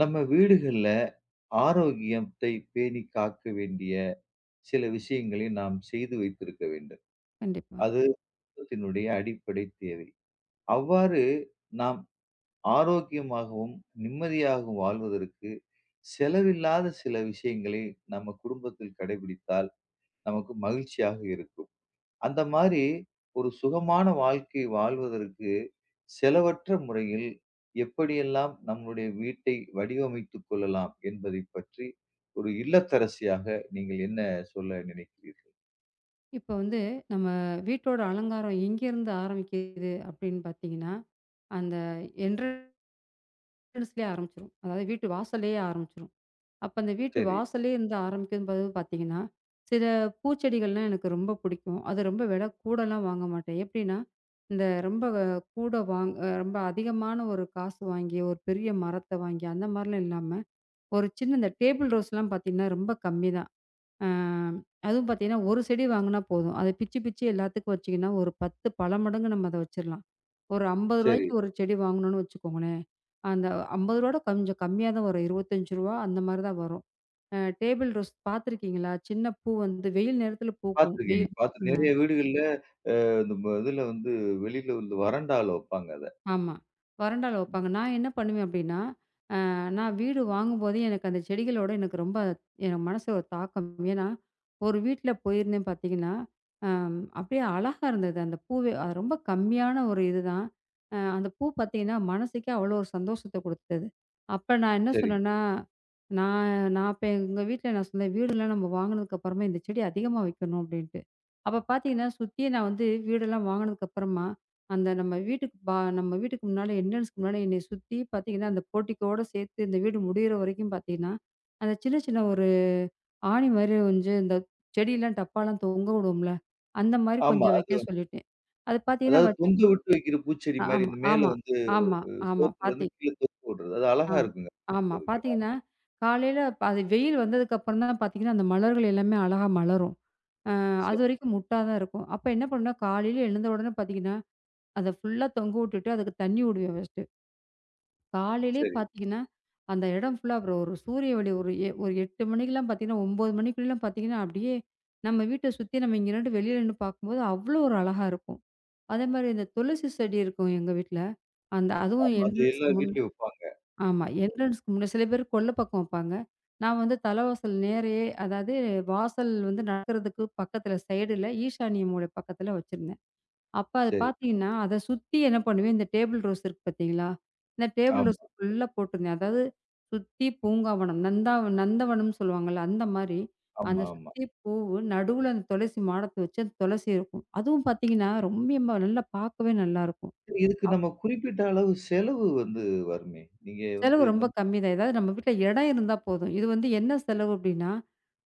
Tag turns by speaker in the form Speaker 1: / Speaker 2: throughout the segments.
Speaker 1: நம்ம வீடுகள்ல ஆரோக்கியத்தை பேணி காக்க வேண்டிய சில விஷயங்களை நாம் செய்து வைத்திருக்க வேண்டும்.
Speaker 2: கண்டிப்பா.
Speaker 1: அது குடும்பத்தினுடைய அடிப்படை தேவை. அவ்வாறு நாம் ஆரோக்கியமாகவும், நிம்மதியாகவும் வாழ்வதற்கு செலவில்லாத சில விஷயங்களை நம்ம குடும்பத்தில் கடைபிடித்தால் நமக்கு மகிழ்ச்சியாக இருக்கும். அந்த மாரி ஒரு சுகமான வாழ்க்கை வாழ்வதற்கு செலவற்ற முறையில் எப்படியெல்லாம் நம்முடைய வீட்டை வடிவமைத்துக் கொள்ளலாம் என்பதைப் பற்றி ஒரு இல்லத்தரசியாக நீங்கள் என்ன சொல்ல நினைக்கிறீர்கள்?
Speaker 2: இப்ப வந்து நம்ம வீட்டோட அலங்காரம் எங்கேருந்து ஆரம்பிக்குது அப்படின்னு பார்த்தீங்கன்னா, அந்த என்ட்ரன்ஸ்லயே ஆரம்பிச்சுரும். அதாவது வீட்டு வாசல்லயே ஆரம்பிச்சுரும். அப்ப அந்த வீட்டு
Speaker 1: சரி,
Speaker 2: வாசல்லயே இருந்து ஆரம்பிக்கும்போது பார்த்தீங்கன்னா, சில பூச்செடிகள்லாம் எனக்கு ரொம்ப பிடிக்கும். அது ரொம்ப விலை கூடலாம் வாங்க மாட்டேன். எப்படின்னா, இந்த ரொம்ப கூட வாங் அ ரொம்ப அதிகமான ஒரு காசு வாங்கி, ஒரு பெரிய மரத்த வாங்கி அந்த மாரிலாம் இல்லாம, ஒரு சின்ன இந்த டேபிள் ரோஸ்லாம் பார்த்தீங்கன்னா, ரொம்ப கம்மி தான். ஆ, அதுவும் பார்த்தீங்கன்னா, ஒரு செடி வாங்குனா போதும். அத பிச்சு, பிச்சு எல்லாத்துக்கும் வச்சீங்கன்னா, ஒரு 10 பல மடங்கு நம்ம அத வச்சிரலாம். ஒரு ரூ.
Speaker 1: சரி.
Speaker 2: 50க்கு ஒரு செடி வாங்கணும்னு வச்சுக்கோங்களேன். அந்த ரூ. 50 கொஞ்சம் கம்மியா தான் வரும். ரூ. 25 அந்த மாரி தான் வரும். டேபிள் ரோஸ் பார்த்துருக்கீங்களா? சின்ன பூ வந்து வெயில் நேரத்தில பூக்கும்.
Speaker 1: பார்த்துருக்கீங்க.
Speaker 2: வெயில்
Speaker 1: பார்த்து
Speaker 2: அ
Speaker 1: நெறைய வீடுகள்ல இந்த இதுல வந்து வெளியில வந்து வராண்டால வப்பாங்க அத.
Speaker 2: ஆமா. வராண்டால
Speaker 1: ம்.
Speaker 2: வப்பாங்க. நான் என்ன பண்ணுவேன் அப்டின்னா, நான் வீடு வாங்கும்போதே எனக்கு அந்த செடிகளோட எனக்கு ரொம்ப என் மனசு ஒரு தாக்கம். ஏன்னா, ஒரு வீட்ல போயிருந்தேன் பார்த்தீங்கன்னா, அப்படியே அழகா இருந்தது. அந்த பூவே அது ரொம்ப கம்மியான ஒரு இதுதான். அந்த பூ பார்த்தீங்கன்னா, மனசுக்கே அவ்வளோ ஒரு சந்தோஷத்த குடுத்தது. அப்ப நான் என்ன
Speaker 1: சரிங்க.
Speaker 2: சொன்னேன்னா, நான் நான் அப்ப எங்க வீட்ல நான் சொன்னேன், "வீடுலாம் நம்ம வாங்குனதுக்கு அப்புறமா இந்த செடி அதிகமா வைக்கணும்" அப்படின்ட்டு. அப்ப பார்த்தீங்கன்னா, சுத்தியும் நான் வந்து வீடெல்லாம் வாங்குனதுக்கு அப்புறமா அந்த நம்ம வீட்டுக்கு நம்ம வீட்டுக்கு முன்னால என்ட்ரன்ஸ்க்கு முன்னால என்னைய சுத்தி பார்த்தீங்கன்னா, அந்த போர்ட்டிக்கோட சேர்த்து இந்த வீடு முடியிற வரைக்கும் பார்த்தீங்கன்னா, அந்த சின்ன சின்ன ஒரு ஆணி மாரி கொஞ்சம் இந்த செடிலாம் டப்பாலாம் தொங்க விடுவோம்ல, அந்த மாரி
Speaker 1: ஆமா.
Speaker 2: கொஞ்சம் வைக்க சொல்லிட்டேன். அது பார்த்தீங்கன்னா
Speaker 1: அதாவது
Speaker 2: வச்சு
Speaker 1: தொங்க விட்டு வைக்கிற பூச்செடி மாரி
Speaker 2: ஆமா,
Speaker 1: இந்த மேல
Speaker 2: ஆமா,
Speaker 1: வந்து
Speaker 2: ஆமா, ஆமா.
Speaker 1: சோத்துல
Speaker 2: பாத்தி
Speaker 1: இருந்து கீழ தொங்க விடுறது. அது அழகா
Speaker 2: ஆமா,
Speaker 1: இருக்குங்க.
Speaker 2: ஆமா.
Speaker 1: பார்க்கிறதுக்கு.
Speaker 2: பார்த்தீங்கன்னா, காலையில அது வெயில் வந்ததுக்கப்புறம் தான் பார்த்தீங்கன்னா, அந்த மலர்கள் எல்லாமே அழகா மலரும். அ
Speaker 1: சரி,
Speaker 2: அதுவரைக்கும் முட்டா தான் இருக்கும். அப்ப என்ன பண்ணுவேன்னா, காலையில எழுந்த உடனே பார்த்தீங்கன்னா, அத ஃபுல்லா தொங்க விட்டுட்டு அதுக்கு தண்ணி விடுவேன் ஃபர்ஸ்ட்டு. காலையிலே
Speaker 1: சரி.
Speaker 2: பார்த்தீங்கன்னா, அந்த இடம் ஃபுல்லா அப்புறம் ஒரு சூரிய ஒளி ஒரு ஒரு 8 மணிக்கெல்லாம் பார்த்தீங்கன்னா, 9 மணிக்குள்ளலாம் பார்த்தீங்கன்னா, அப்படியே நம்ம வீட்ட சுத்தி நம்ம இங்க நின்னுட்டு வெளியில நின்னு பார்க்கும்போது அவ்வளோ ஒரு அழகா இருக்கும். அதே மாரி இந்த துளசி செடி இருக்கும் எங்க வீட்ல. அதுவும்
Speaker 1: ஆமா. அது
Speaker 2: என்ட்ரன்ஸ்க்கு
Speaker 1: எல்லார்
Speaker 2: முன்
Speaker 1: வீட்லயும் வப்பாங்க.
Speaker 2: ஆமா.
Speaker 1: ம்.
Speaker 2: என்ட்ரன்ஸ்க்கு முன்ன சில பேர் கொல்லை பக்கம் வப்பாங்க. நான் வந்து தலைவாசல் நேரயே அதாவது வாசல் வந்து நடக்கிறதுக்கு பக்கத்தில சைடுல ஈசானிய மூலை பக்கத்தில வச்சிருந்தேன். அப்ப அத
Speaker 1: சரி.
Speaker 2: பார்த்தீங்கன்னா, அத சுத்தி என்ன பண்ணுவேன், இந்த டேபிள் ரோஸ் இருக்கு பார்த்தீங்களா? இந்த டேபிள்
Speaker 1: ஆமா,
Speaker 2: ரோஸ் ஃபுல்லா போட்டிருந்தேன். அதாவது சுத்தி பூங்காவனம், நந்தவனம்னு சொல்லுவாங்கல்ல, அந்த மாரி அந்த
Speaker 1: ஆமா, ஆமா.
Speaker 2: சுத்தி பூவு, நடுவுல அந்த துளசி மாடத்த வச்சு அந்த துளசி இருக்கும். அதுவும் பார்த்தீங்கன்னா, ரொம்பயுமா நல்லா பார்க்கவே நல்லாருக்கும்.
Speaker 1: இதுக்கு நம்ம குறிப்பிட்ட அளவு செலவு வந்து வருமே! நீங்க வந்து
Speaker 2: செலவு ரொம்ப கம்மி தான். ஏதாவது நம்ம வீட்ல இடம் இருந்தா போதும். இது வந்து என்ன செலவு அப்டின்னா,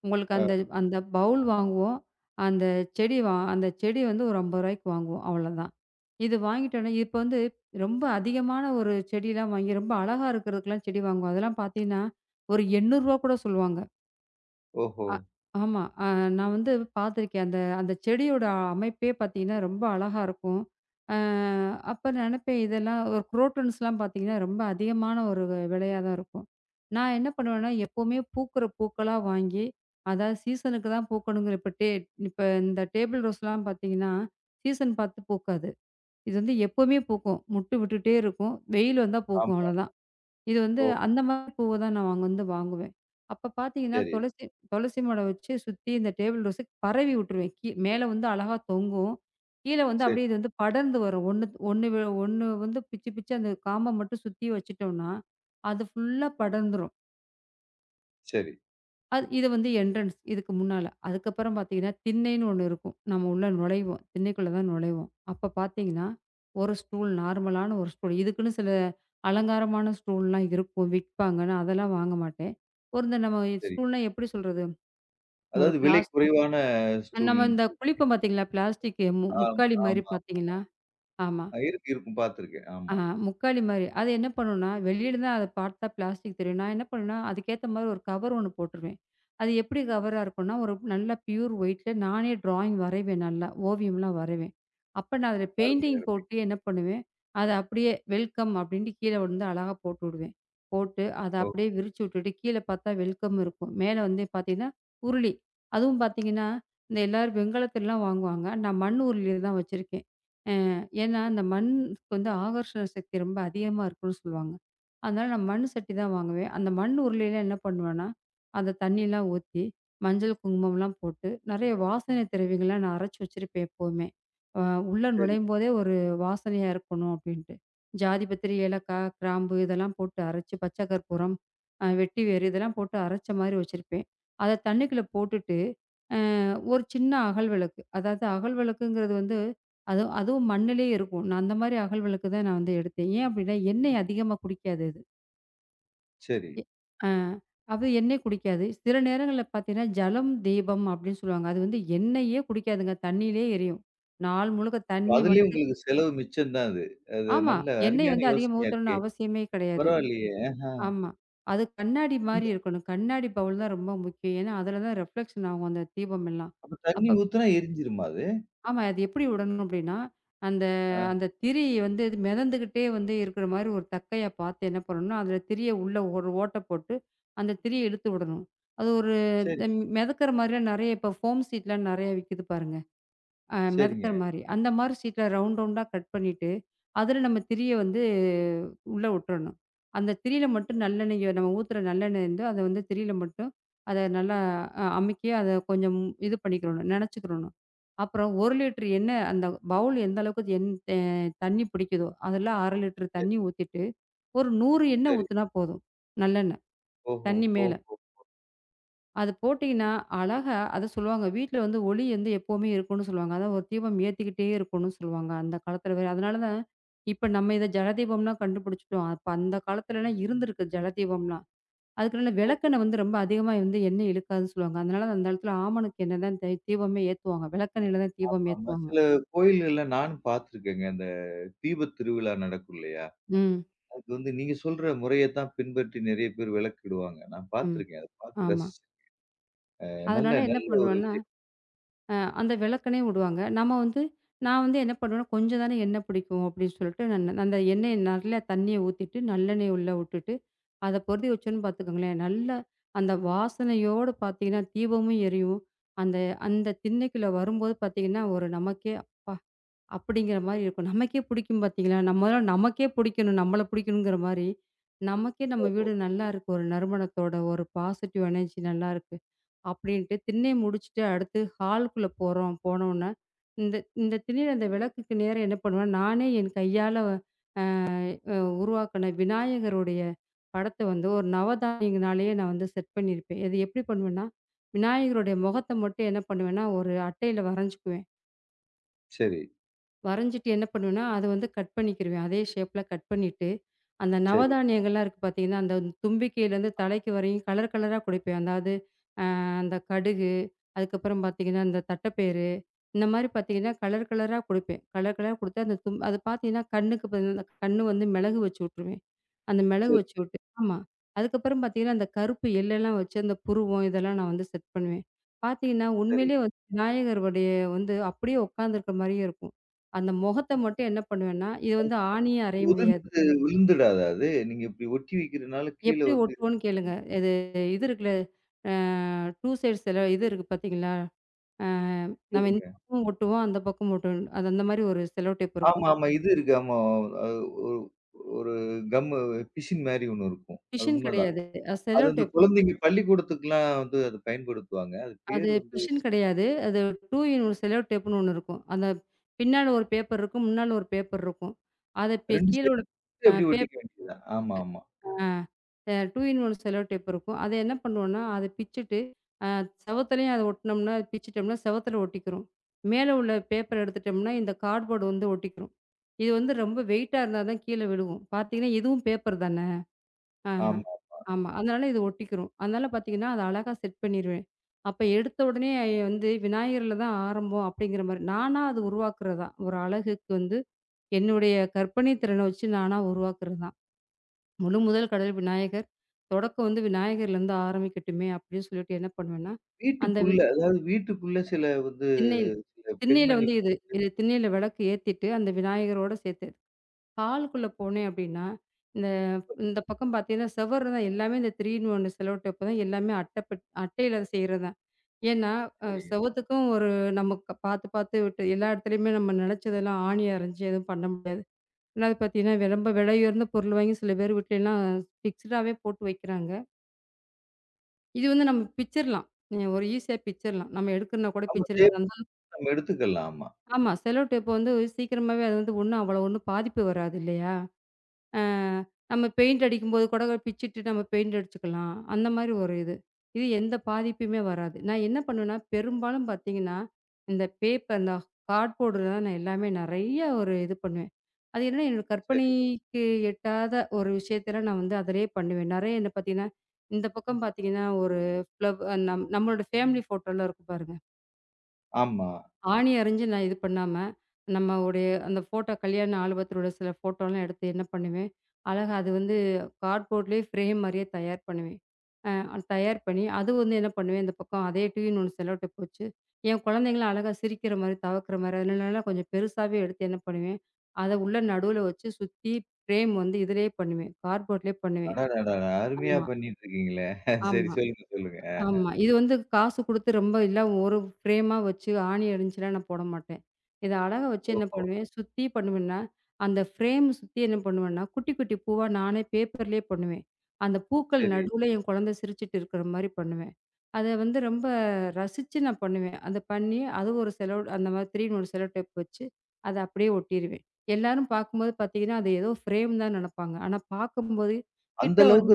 Speaker 2: உங்களுக்கு
Speaker 1: அ
Speaker 2: அந்த அந்த பவுல் வாங்குவோம். அந்த செடி அந்த செடி வந்து ஒரு ரூ. 50க்கு வாங்குவோம். அவ்வளோதான். இது வாங்கிட்டோனே இப்ப வந்து ரொம்ப அதிகமான ஒரு செடிலாம் வாங்கி ரொம்ப அழகா இருக்கிறதுக்கெல்லாம் செடி வாங்குவோம். அதெல்லாம் பார்த்தீங்கன்னா, ஒரு ரூ. 800 கூட சொல்லுவாங்க.
Speaker 1: ஓஹோ!
Speaker 2: அ ஆமா. நான் வந்து பார்த்துருக்கேன். அந்த அந்த செடியோட அமைப்பே பார்த்தீங்கன்னா, ரொம்ப அழகா இருக்கும். அ அப்ப நினைப்பேன், இதெல்லாம் ஒரு குரோட்டன்ஸ்லாம் பார்த்தீங்கன்னா, ரொம்ப அதிகமான ஒரு விலையா தான் இருக்கும். நான் என்ன பண்ணுவேன்னா, எப்பவுமே பூக்கிற பூக்களா வாங்கி, அதாவது சீசனுக்கு தான் பூக்கணுங்கிற இப்ப இப்ப இந்த டேபிள் ரோஸ்லாம் பார்த்தீங்கன்னா, சீசன் பார்த்து பூக்காது. இது வந்து எப்பவுமே பூக்கும். மொட்டு விட்டுட்டே இருக்கும். வெயில் வந்தா பூக்கும்
Speaker 1: ஆமா.
Speaker 2: அவ்வளோதான். இது வந்து
Speaker 1: ஓ!
Speaker 2: அந்த மாதிரி பூவ தான் நான் வாங்க வந்து வாங்குவேன். அப்ப பார்த்தீங்கன்னா,
Speaker 1: சரி,
Speaker 2: துளசி துளசி மாடம் வச்சு சுத்தி இந்த டேபிள் ரோஸ பரவி விட்டுருவேன். மேல வந்து அழகா தொங்கும். கீழ வந்து
Speaker 1: சரி,
Speaker 2: அப்படியே இது வந்து படர்ந்து வரும். ஒண்ணு ஒண்ணு ஒண்ணு வந்து பிச்சு பிச்சு அந்த காம்ப மட்டும் சுத்தி வச்சுட்டோம்னா, அது ஃபுல்லா படர்ந்துரும்.
Speaker 1: சரி,
Speaker 2: அது இது வந்து என்ட்ரன்ஸ் இதுக்கு முன்னால. அதுக்கப்புறம் பார்த்தீங்கன்னா, திண்ணைன்னு ஒண்ணு இருக்கும். நம்ம உள்ள நுழைவோம். திண்ணைக்குள்ள தான் நுழைவோம். அப்ப பார்த்தீங்கன்னா, ஒரு ஸ்டூல் நார்மலான ஒரு ஸ்டூல். இதுக்குன்னு சில அலங்காரமான ஸ்டூல்லாம் இருக்கும். விப்பாங்க. நான் அதெல்லாம் வாங்க மாட்டேன். ஒரு இந்த நம்ம
Speaker 1: சரி.
Speaker 2: ஸ்டூல்னா எப்படி சொல்றது? ஒரு
Speaker 1: அதாவது விலை
Speaker 2: பிளாஸ்டிக்
Speaker 1: குறைவான ஸ்டூல்.
Speaker 2: நம்ம இந்த குளிப்போம் பார்த்தீங்களா? பிளாஸ்டிக்
Speaker 1: ஆம்,
Speaker 2: முக்காலி மாரி
Speaker 1: ஆமா.
Speaker 2: பார்த்தீங்கன்னா ஆமா.
Speaker 1: அ, இருக்கு, இருக்கும். பார்த்துருக்கேன்.
Speaker 2: ஆ
Speaker 1: ஆமா.
Speaker 2: முக்காலி மாரி. அது என்ன பண்ணும்னா, வெளியில தான் அத பார்த்தா பிளாஸ்டிக் தெரியும். நான் என்ன பண்ணுவேன்னா, அதுக்கேத்த மாரி ஒரு கவர் ஒண்ணு போட்டுருவேன். அது எப்படி கவரா இருக்கும்னா, ஒரு நல்ல பியூர் ஒயிட்ல நானே டிராயிங் வரைவேன் நல்லா. ஓவியம்லாம் வரைவேன். அப்ப நான் அதில
Speaker 1: அருமையா
Speaker 2: பெயிண்டிங்
Speaker 1: இருக்கு.
Speaker 2: போட்டு என்ன பண்ணுவேன், அத அப்படியே வெல்கம் அப்படின்ட்டு கீழ வந்து அழகா போட்டு விடுவேன். போட்டு அத
Speaker 1: ஓ!
Speaker 2: அப்படியே விரிச்சு விட்டுட்டு கீழ பார்த்தா வெல்கம் இருக்கும். மேல வந்து பார்த்தீங்கன்னா, உருளி. அதுவும் பார்த்தீங்கன்னா, இந்த எல்லாரும் வெண்கலத்துலலாம் வாங்குவாங்க. நான் மண் உருளி தான் வச்சிருக்கேன். ஏன்னா, அந்த மண்ணுக்கு வந்து ஆகர்ஷண சக்தி ரொம்ப அதிகமா இருக்குன்னு சொல்லுவாங்க. அதனால நான் மண் சட்டி தான் வாங்குவேன். அந்த மண் உருளையில என்ன பண்ணுவேன்னா, அந்த தண்ணிலாம் ஊத்தி, மஞ்சள், குங்குமம்லாம் போட்டு, நெறைய வாசனை திரவியங்கள்லாம் நான் அரைச்சு வச்சிருப்பேன் எப்பவுமே. அ உள்ள
Speaker 1: சரி,
Speaker 2: நுழையும்போதே ஒரு வாசனையா இருக்கணும் அப்டின்ட்டு. ஜாதிபத்திரி, ஏலக்காய், கிராம்பு இதெல்லாம் போட்டு அரைச்சு, பச்சை கற்பூரம், வெட்டி வேரு இதெல்லாம் போட்டு அரைச்ச மாரி வச்சிருப்பேன். அத தண்ணிக்குள்ள போட்டுட்டு, அ ஒரு சின்ன அகல் விளக்கு. அதாவது அகல் விளக்குங்கிறது வந்து அதுவும் அதுவும் மண்ணிலேயே இருக்கும். நான் அந்த மாரி அகல் விளக்கு தான் நான் வந்து எடுத்தேன். ஏன் அப்படின்னா, எண்ணெய் அதிகமா குடிக்காது அது.
Speaker 1: சரி.
Speaker 2: எ ஆ அது எண்ணெய் குடிக்காது. சில நேரங்கள்ல பார்த்தீங்கன்னா, ஜலம் தீபம் அப்படின்னு சொல்லுவாங்க. அது வந்து எண்ணெயே குடிக்காதுங்க. தண்ணியிலேயே எரியும். நாள் முழுக்க
Speaker 1: அப்ப
Speaker 2: தண்ணி
Speaker 1: அதிலயே
Speaker 2: மட்டும்
Speaker 1: உங்களுக்கு செலவு மிச்சம் தான் அது. அது
Speaker 2: ஆமா.
Speaker 1: நல்ல
Speaker 2: எண்ணெய்
Speaker 1: அருமையான
Speaker 2: வந்து அதிகமா
Speaker 1: யோசனையா
Speaker 2: ஊத்தணும்னு
Speaker 1: இருக்கே!
Speaker 2: அவசியமே கிடையாது.
Speaker 1: பரவாயில்லையே! ஆஹா!
Speaker 2: ஆமா. அது கண்ணாடி மாரி
Speaker 1: இந்த
Speaker 2: இருக்கணும். கண்ணாடி பவுல் தான் ரொம்ப முக்கியம். ஏன்னா, அதில தான் ரிஃப்ளெக்ஷன் ஆகும் அந்த தீபம் எல்லாம்.
Speaker 1: அப்ப தண்ணி
Speaker 2: அப்ப
Speaker 1: ஊத்துனா எரிஞ்சிருமா அது?
Speaker 2: ஆமா. அது எப்படி விடணும் அப்படின்னா, அந்த
Speaker 1: ஆ.
Speaker 2: அந்த திரி வந்து இது மிதந்துகிட்டே வந்து இருக்கிற மாரி ஒரு தக்கையா பார்த்து என்ன பண்ணணும்னா, அதில திரிய உள்ள ஒரு ஓட்ட போட்டு, அந்த திரிய இழுத்து விடணும். அது ஒரு
Speaker 1: சரி,
Speaker 2: இந்த மிதக்கிற மாரிலாம் நெறைய இப்போ ஃபோம் சீட்லாம் நெறைய விக்குது பாருங்க. மிதக்குற
Speaker 1: சரிங்க.
Speaker 2: மாரி. அந்த மாரி சீட்ல ரவுண்ட் ரவுண்டா கட் பண்ணிட்டு, அதில நம்ம திரிய வந்து உள்ள விட்டுறணும். அந்த திரியில மட்டும் நல்லெண்ணெய்ய நம்ம ஊத்துற நல்லெண்ணெய் இருந்து அத வந்து திரியில மட்டும் அத நல்லா அமுக்கி அத கொஞ்சம் இது பண்ணிக்கிறணும், நெனச்சுக்கிறணும். அப்புறம் 1 லிட்டர் எண்ணெய் அந்த பவுல் எந்த அளவுக்கு எண் தே தண்ணி பிடிக்குதோ, அதில 1/2 லிட்டர்
Speaker 1: சரி,
Speaker 2: தண்ணி ஊத்திட்டு, ஒரு 100 எண்ணெய்
Speaker 1: சரி.
Speaker 2: ஊத்துனா போதும். நல்லெண்ணெய்,
Speaker 1: ஓஹோ!
Speaker 2: தண்ணி மேல.
Speaker 1: ஓஹோ!
Speaker 2: அது போட்டீங்கன்னா, அழகா அதான் சொல்லுவாங்க, வீட்ல வந்து ஒளி வந்து எப்பவுமே இருக்கும்னு சொல்லுவாங்க. அதான் ஒரு தீபம் ஏத்திக்கிட்டே இருக்கணும்னு சொல்லுவாங்க. அந்த காலத்துல வேற. அதனால தான் இப்ப நம்ம இத ஜலதீபம்னா கண்டுபிடிச்சுட்டோம். அப்ப அந்த காலத்துலலாம் இருந்திருக்கு ஜலதீபம்லாம். அதுக்குள்ள
Speaker 1: ஓ!
Speaker 2: விளக்கெண்ணெய் வந்து ரொம்ப அதிகமா வந்து எண்ணெய் இழுக்காதுன்னு சொல்லுவாங்க. அதனால அந்த இடத்துல ஆமணக்கு எண்ணெய் தான் தீபமே ஏத்துவாங்க. விளக்கெண்ணெயில தான் தீபம்
Speaker 1: ஆமா.
Speaker 2: ஏத்துவாங்க.
Speaker 1: சில கோயில்கள்ல நானும் பார்த்துருக்கேங்க. அந்த தீபத் திருவிழா நடக்கும் இல்லையா?
Speaker 2: ம்.
Speaker 1: அதுக்கு வந்து நீங்க சொல்ற முறையத் தான் பின்பற்றி நெறைய பேர் விளக்கிடுவாங்க. நான்
Speaker 2: ம்.
Speaker 1: பார்த்துருக்கேன். அத பார்த்து
Speaker 2: ஆமா.
Speaker 1: ரசிச்சேன். நல்ல
Speaker 2: அதனால என்ன
Speaker 1: நல்ல ஒரு
Speaker 2: பண்ணுவேன்னா
Speaker 1: விஷயம்.
Speaker 2: அந்த விளக்கெண்ணெய விடுவாங்க. நம்ம வந்து நான் வந்து என்ன பண்ணுவேன்னா, "கொஞ்சம் தானே எண்ணெய் பிடிக்கும்" அப்படின்னு சொல்லிட்டு நான் அந்த எண்ணெய நல்லா தண்ணிய ஊத்திட்டு, நல்லெண்ணெய உள்ள விட்டுட்டு, அத பொருத்தி வச்சோன்னு பார்த்துக்கோங்களேன், நல்லா அந்த வாசனையோட பார்த்தீங்கன்னா, தீபமும் எரியும். அந்த அந்த திண்ணைக்குள்ள வரும்போது பார்த்தீங்கன்னா, ஒரு நமக்கே அப்பா! அப்படிங்கிற மாரி இருக்கும். நமக்கே புடிக்கும் பார்த்தீங்களா? நம்மலாம் நமக்கே புடிக்கணும். நம்மள புடிக்கணுங்கிற மாரி, நமக்கே நம்ம
Speaker 1: ஓஹோ!
Speaker 2: வீடு நல்லா இருக்கு. ஒரு நறுமணத்தோட, ஒரு பாசிட்டிவ் எனர்ஜி நல்லா இருக்கு. அப்படின்ட்டு திண்ணை முடிச்சுட்டு அடுத்து ஹாலுக்குள்ள போறோம். போனோனே, இந்த இந்த திண்ணையில அந்த விளக்குக்கு நேரா என்ன பண்ணுவேன், நானே என் கையால அ உருவாக்குன விநாயகருடைய படத்த வந்து ஒரு நவதானியங்கனாலேயே நான் வந்து செட் பண்ணியிருப்பேன். இது எப்படி பண்ணுவேன்னா, விநாயகருடைய முகத்த மட்டும் என்ன பண்ணுவேன்னா, ஒரு அட்டையில வரைஞ்சுக்குவேன்.
Speaker 1: சரி,
Speaker 2: வரைஞ்சிட்டு என்ன பண்ணுவேன்னா, அத வந்து கட் பண்ணிக்கிருவேன். அதே ஷேப்ல கட் பண்ணிட்டு, அந்த
Speaker 1: சரி,
Speaker 2: நவதானியங்கள்லாம் இருக்கு பார்த்தீங்கன்னா, அந்த தும்பிக்கையிலேருந்து தலைக்கு வரையும் கலர் கலரா குடுப்பேன். அதாவது அந்த கடுகு, அதுக்கப்புறம் பார்த்தீங்கன்னா, இந்த தட்டப்பயிறு, இந்த மாரி பார்த்தீங்கன்னா, கலர் கலரா குடுப்பேன். கலர் கலரா குடுத்து அந்த அது பார்த்தீங்கன்னா, கண்ணுக்கு அந்த கண்ணு வந்து மிளகு வச்சு விட்டுருவேன். அந்த மிளகு
Speaker 1: சரி,
Speaker 2: வச்சு விட்டு ஆமா. அதுக்கப்புறம் பார்த்தீங்கன்னா, அந்த கருப்பு எள்ளெல்லாம் வச்சு அந்த புருவம் இதெல்லாம் நான் வந்து செட் பண்ணுவேன். பார்த்தீங்கன்னா,
Speaker 1: சரி.
Speaker 2: உண்மையிலேயே வந்து விநாயகருடைய வந்து அப்படியே உட்காந்துருக்க மாரியே இருக்கும். அந்த முகத்த மட்டும் என்ன பண்ணுவேன்னா, இது
Speaker 1: அது
Speaker 2: வந்து
Speaker 1: கீழ
Speaker 2: ஆணியே அறைய முடியாது.
Speaker 1: உதிர்ந்து விழுந்துடாதா அது? நீங்க இப்படி ஒட்டி வைக்கிறனால கீழ
Speaker 2: எப்படி
Speaker 1: வந்து
Speaker 2: ஒட்டுவோன்னு கேளுங்க. இது இது இருக்குல்ல, அ 2 சைட்ஸ் எல்லாம் இது இருக்கு பார்த்தீங்களா? அ நம்ம இந்த
Speaker 1: எதுங்க?
Speaker 2: பக்கம் ஒட்டுவோம், அந்த பக்கம் ஒட்டுவோம். அது அந்த மாரி ஒரு செல்லோ டேப்
Speaker 1: ஆமா,
Speaker 2: இருக்கும்.
Speaker 1: ஆமா. இது இருக்கு. ஆமா. அது ஒரு ஒரு கம்மு பிசின் மாரி ஒண்ணு இருக்கும். அது
Speaker 2: பிஷின்
Speaker 1: உண்மதான்.
Speaker 2: கிடையாது.
Speaker 1: அது
Speaker 2: செல்லோ
Speaker 1: அந்த
Speaker 2: டேப்பு.
Speaker 1: குழந்தைங்க பள்ளிக்கூடத்துக்குலாம் வந்து அத பயன்படுத்துவாங்க. அது
Speaker 2: அது
Speaker 1: பேரு வந்து
Speaker 2: பிஷின் கிடையாது. அது 2 இன் 1 செல்லோ டேப்ன்னு ஒண்ணு இருக்கும். அந்த பின்னால ஒரு பேப்பர் இருக்கும். முன்னால ஒரு பேப்பர் இருக்கும். அத
Speaker 1: 2
Speaker 2: கீழ
Speaker 1: சே
Speaker 2: உள்ள அ
Speaker 1: அப்படி
Speaker 2: பேப்
Speaker 1: ஒட்டிக்க வேண்டியது தான். ஆமா, ஆமா,
Speaker 2: அ 2 இன் 1 செல்லோ டேப் இருக்கும். அத என்ன பண்ணுவோம்னா, அத பிச்சுட்டு, அ செவுத்துலயும் அத ஒட்டுனோம்னா, பிச்சுட்டோம்னா செவுத்துல ஒட்டிக்கிரும். மேல உள்ள பேப்பர் எடுத்துட்டோம்னா, இந்த கார்ட்போர்டு வந்து ஒட்டிக்கிரும். இது வந்து ரொம்ப வெயிட்டா இருந்தா தான் கீழ விழுகும். பார்த்தீங்கன்னா, இதுவும் பேப்பர் தானே!
Speaker 1: ஆமா.
Speaker 2: ஆமா. அதனால இது ஒட்டிக்கிரும். அதனால பார்த்தீங்கன்னா, அத அழகா செட் பண்ணிருவேன். அப்ப எடுத்த உடனே வந்து விநாயகர்ல தான் ஆரம்பம் அப்படிங்கிற மாரி, நானா அது உருவாக்குறது தான். ஒரு அழகுக்கு வந்து என்னுடைய கற்பனை திறன வச்சு நானா உருவாக்குறது தான். முழு முதல் கடல் விநாயகர். தொடக்கம் வந்து விநாயகர்லேருந்து ஆரம்பிக்கட்டுமே அப்படின்னு சொல்லிட்டு என்ன பண்ணுவேன்னா, அந்த
Speaker 1: வீட்டுக்குள்ள, அதாவது வீட்டுக்குள்ள சில வந்து
Speaker 2: திண்ணையில்
Speaker 1: சில பெண்மணி
Speaker 2: வந்து இது இது திண்ணையில விளக்கு ஏத்திட்டு, அந்த விநாயகரோட சேர்த்து பால்க்குள்ள போனேன் அப்படின்னா, இந்த இந்த பக்கம் பார்த்தீங்கன்னா, செவரு தான் எல்லாமே இந்த 3 இன் 1 செல்லோ டேப் தான் எல்லாமே அட்டையில செய்றது தான். ஏன்னா,
Speaker 1: சரிங்க.
Speaker 2: செவுத்துக்கும் ஒரு நமக்கு பார்த்து பார்த்து விட்டு எல்லா இடத்துலயுமே நம்ம நெனச்சதெல்லாம் ஆணி அரைஞ்சு எதுவும் பண்ண முடியாது. ரெண்டாவது பார்த்தீங்கன்னா, ரொம்ப விலை உயர்ந்த பொருள் வாங்கி சில பேர் வீட்லலாம் ஃபிக்ஸ்டாவே போட்டு வைக்கிறாங்க. இது வந்து நம்ம பிச்சிரலாம். ஒரு ஈஸியா பிச்சிரலாம். நம்ம எடுக்கணும்னா கூட
Speaker 1: ஆமா
Speaker 2: பிச்சிரலாம்.
Speaker 1: தேர்வு நம்ம எடுத்துக்கலாம். ஆமா.
Speaker 2: ஆமா, செல்லோ டேப் வந்து சீக்கிரமாவே அது வந்து ஒண்ணும் அவ்வளோ ஒண்ணும் பாதிப்பு வராது இல்லையா? அ நம்ம பெயிண்ட் அடிக்கும்போது கூட பிச்சிட்டு நம்ம பெயிண்ட் அடிச்சுக்கலாம். அந்த மாரி ஒரு இது. இது எந்த பாதிப்புமே வராது. நான் என்ன பண்ணுவேன்னா, பெரும்பாலும் பார்த்தீங்கன்னா, இந்த பேப்பர் இந்த கார்ட்போர்டுல தான் நான் எல்லாமே நெறைய ஒரு இது பண்ணுவேன். அது என்னன்னா என்னோட
Speaker 1: சரி.
Speaker 2: கற்பனைக்கு எட்டாத ஒரு விஷயத்தலாம் நான் வந்து அதிலேயே பண்ணுவேன். நெறைய என்ன பார்த்தீங்கன்னா, இந்த பக்கம் பார்த்தீங்கன்னா, ஒரு ஃப்ளவ் நம் நம்மளோட ஃபேமிலி ஃபோட்டோலாம் இருக்கும் பாருங்க.
Speaker 1: ஆமா.
Speaker 2: ஆணி அறைஞ்சு நான் இது பண்ணாம, நம்மோடைய அந்த ஃபோட்டோ கல்யாண ஆல்பத்திலோட சில ஃபோட்டோலாம் எடுத்து என்ன பண்ணுவேன், அழகா அது வந்து கார்ட்போர்ட்லேயே ஃப்ரேம் மாரியே தயார் பண்ணுவேன். தயார் பண்ணி, அது வந்து என்ன பண்ணுவேன், இந்த பக்கம் அதே டியூன் ஒண்ணு செல்லோ டேப் வச்சு, என் குழந்தைங்கலாம் அழகா சிரிக்கிற மாரி, தவக்கிற மாரி, அதுலலாம் கொஞ்சம் பெருசாவே எடுத்து என்ன பண்ணுவேன், அத உள்ள நடுவுல வச்சு சுத்தி ஃப்ரேம் வந்து இதிலேயே பண்ணுவேன். கார்ட்போர்ட்லேயே பண்ணுவேன்.
Speaker 1: அடடடா! அருமையா
Speaker 2: ஆமா,
Speaker 1: பண்ணிட்டு இருக்கீங்களே! சரி
Speaker 2: ஆமா.
Speaker 1: சொல்லுங்க, சொல்லுங்க.
Speaker 2: ஆமா. இது வந்து காசு குடுத்து ரொம்ப இல்ல ஒரு ஃப்ரேமா வச்சு ஆணி அடிஞ்சுலாம் நான் போட மாட்டேன். இத அழகா வச்சு என்ன
Speaker 1: ஓஹோ!
Speaker 2: பண்ணுவேன், சுத்தி பண்ணுவேன்னா, அந்த ஃப்ரேம் சுத்தி என்ன பண்ணுவேன்னா, குட்டி குட்டி பூவா நானே பேப்பர்லேயே பண்ணுவேன். அந்த பூக்கள்
Speaker 1: சரி.
Speaker 2: நடுவுல என் குழந்தை சிரிச்சுட்டு இருக்கிற மாரி பண்ணுவேன். அத வந்து ரொம்ப ரசிச்சு நான் பண்ணுவேன். அத பண்ணி அது ஒரு செலோ அந்த மாதிரி 3 இன் 1 செல்லோ டேப் வச்சு அத அப்படியே ஒட்டிருவேன். எல்லாரும் பார்க்கும்போது பார்த்தீங்கன்னா, அது ஏதோ ஃப்ரேம் தான் நெனப்பாங்க. ஆனா பார்க்கும்போது
Speaker 1: அந்த
Speaker 2: கிட்ட
Speaker 1: அளவுக்கு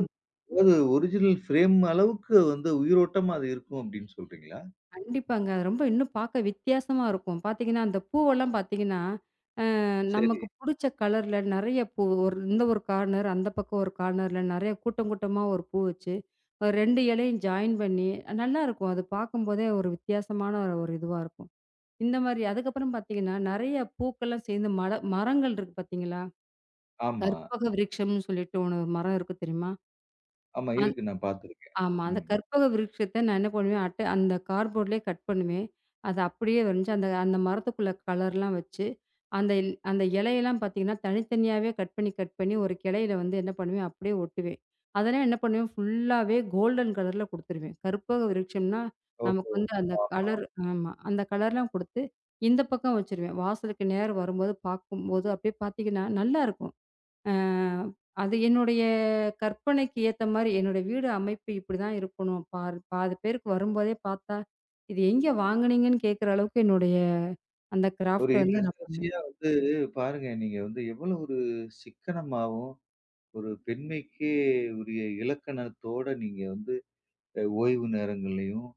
Speaker 1: அதாவது ஒரிஜினல் ஃப்ரேம் அளவுக்கு வந்து உயிரோட்டமா அது இருக்கும் அப்படின்னு சொல்றீங்களா?
Speaker 2: கண்டிப்பாங்க. அது ரொம்ப இன்னும் பார்க்க வித்தியாசமா இருக்கும். பார்த்தீங்கன்னா, அந்த பூவெல்லாம் பார்த்தீங்கன்னா,
Speaker 1: சரி.
Speaker 2: நமக்கு புடிச்ச கலர்ல நெறைய பூ ஒரு இந்த ஒரு கார்னர், அந்த பக்கம் ஒரு கார்னர்ல நெறைய கூட்டம் கூட்டமா ஒரு பூ வச்சு, ஒரு 2 இலையும் ஜாயின் பண்ணி நல்லாருக்கும். அது பார்க்கும்போதே ஒரு வித்தியாசமான ஒரு இதுவா இருக்கும். இந்த மாரி அதுக்கப்புறம் பார்த்தீங்கன்னா, நெறைய பூக்கள்லாம் சேர்ந்து மரங்கள் இருக்கு பார்த்தீங்களா?
Speaker 1: ஆமா,
Speaker 2: கற்பக விருட்சம்னு சொல்லிட்டு ஒண்ணு மரம் இருக்கு தெரியுமா?
Speaker 1: ஆமா.
Speaker 2: அந்
Speaker 1: இருக்கு. நான் பார்த்துருக்கேன்.
Speaker 2: ஆமா. அந்த
Speaker 1: ம்.
Speaker 2: கற்பக விருட்சத்த நான் என்ன பண்ணுவேன், அந்த கார்ட்போர்ட்லயே கட் பண்ணுவேன். அது அப்படியே வரைஞ்சு, அந்த அந்த மரத்துக்குள்ள கலர்லாம் வச்சு, அந்த அந்த இலையெல்லாம் பார்த்தீங்கன்னா, தனித்தனியாவே கட் பண்ணி, கட் பண்ணி ஒரு கிளையில வந்து என்ன பண்ணுவேன், அப்படியே ஒட்டுவேன். அதெல்லாம் என்ன பண்ணுவேன், ஃபுல்லாவே கோல்டன் கலர்ல குடுத்துருவேன். கற்பக விருட்சம்னா, நமக்கு
Speaker 1: ஓஹோ!
Speaker 2: வந்து அந்த
Speaker 1: ஆமா.
Speaker 2: கலர் ஆமா. அந்த கலர்லாம் குடுத்து, இந்த பக்கம் வச்சுருவேன். வாசலுக்கு நேரா வரும்போது, பார்க்கும்போது அப்படியே பார்த்தீங்கன்னா, நல்லாருக்கும். அ அது என்னுடைய கற்பனைக்கு ஏத்த மாரி, என்னுடைய வீடு அமைப்பு இப்படிதான் இருக்கணும். பாதி பேருக்கு வரும்போதே பார்த்தா, "இது எங்கே வாங்குனீங்கன்னு?" கேட்கிற அளவுக்கு என்னுடைய அந்த
Speaker 1: ஒரு
Speaker 2: கிராஃப்ட்ட வந்து நான் பண்ணேன்.
Speaker 1: இல்லத்தரசியா வந்து பாருங்க, நீங்க வந்து எவ்வளவு ஒரு சிக்கனமாவும் ஒரு பெண்மைக்கே உரிய இலக்கணத்தோட நீங்க வந்து ஓய்வு நேரங்கள்லயும்,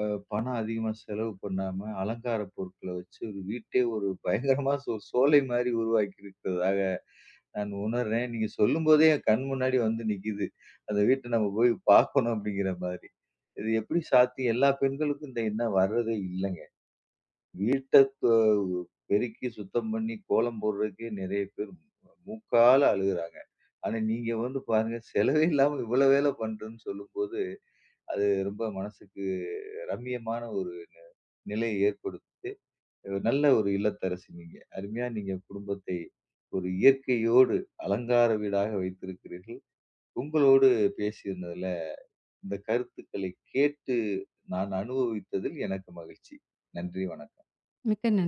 Speaker 1: அ பணம் அதிகமா செலவு பண்ணாம, அலங்கார பொருட்கள வச்சு ஒரு வீட்டே ஒரு பயங்கரமா சோலை மாரி உருவாக்கி இருக்கிறதாக நான் உணர்றேன். நீங்க சொல்லும்போதே என் கண் முன்னாடி வந்து நிக்குது. அந்த வீட்ட நம்ம போய் பார்க்கணும் அப்படிங்கிற மாரி. இது எப்படி சாத்தியம்? எல்லா பெண்களுக்கும் இந்த எண்ணம் வர்றதே இல்லைங்க. வீட்ட தொ பெருக்கி சுத்தம் பண்ணி கோலம் போடுறதுக்கே நெறைய பேர் மூக்கால அழுகுறாங்க. ஆனா, நீங்க வந்து பாருங்க செலவே இல்லாம இவ்வளோ வேல பண்றேன்னு சொல்லும்போது, அது ரொம்ப மனசுக்கு ரம்மியமான ஒரு நிலையை ஏற்படுத்தும். நல்ல ஒரு இல்லத்தரசி நீங்க. அருமையா நீங்க குடும்பத்தை ஒரு இயற்கையோடு அலங்கார வீடாக வைத்திருக்கிறீர்கள். உங்களோடு பேசியிருந்ததுல இந்த கருத்துக்களை கேட்டு நான் அனுபவித்ததில் எனக்கு மகிழ்ச்சி. நன்றி, வணக்கம்.
Speaker 2: மிக்க நன்றி.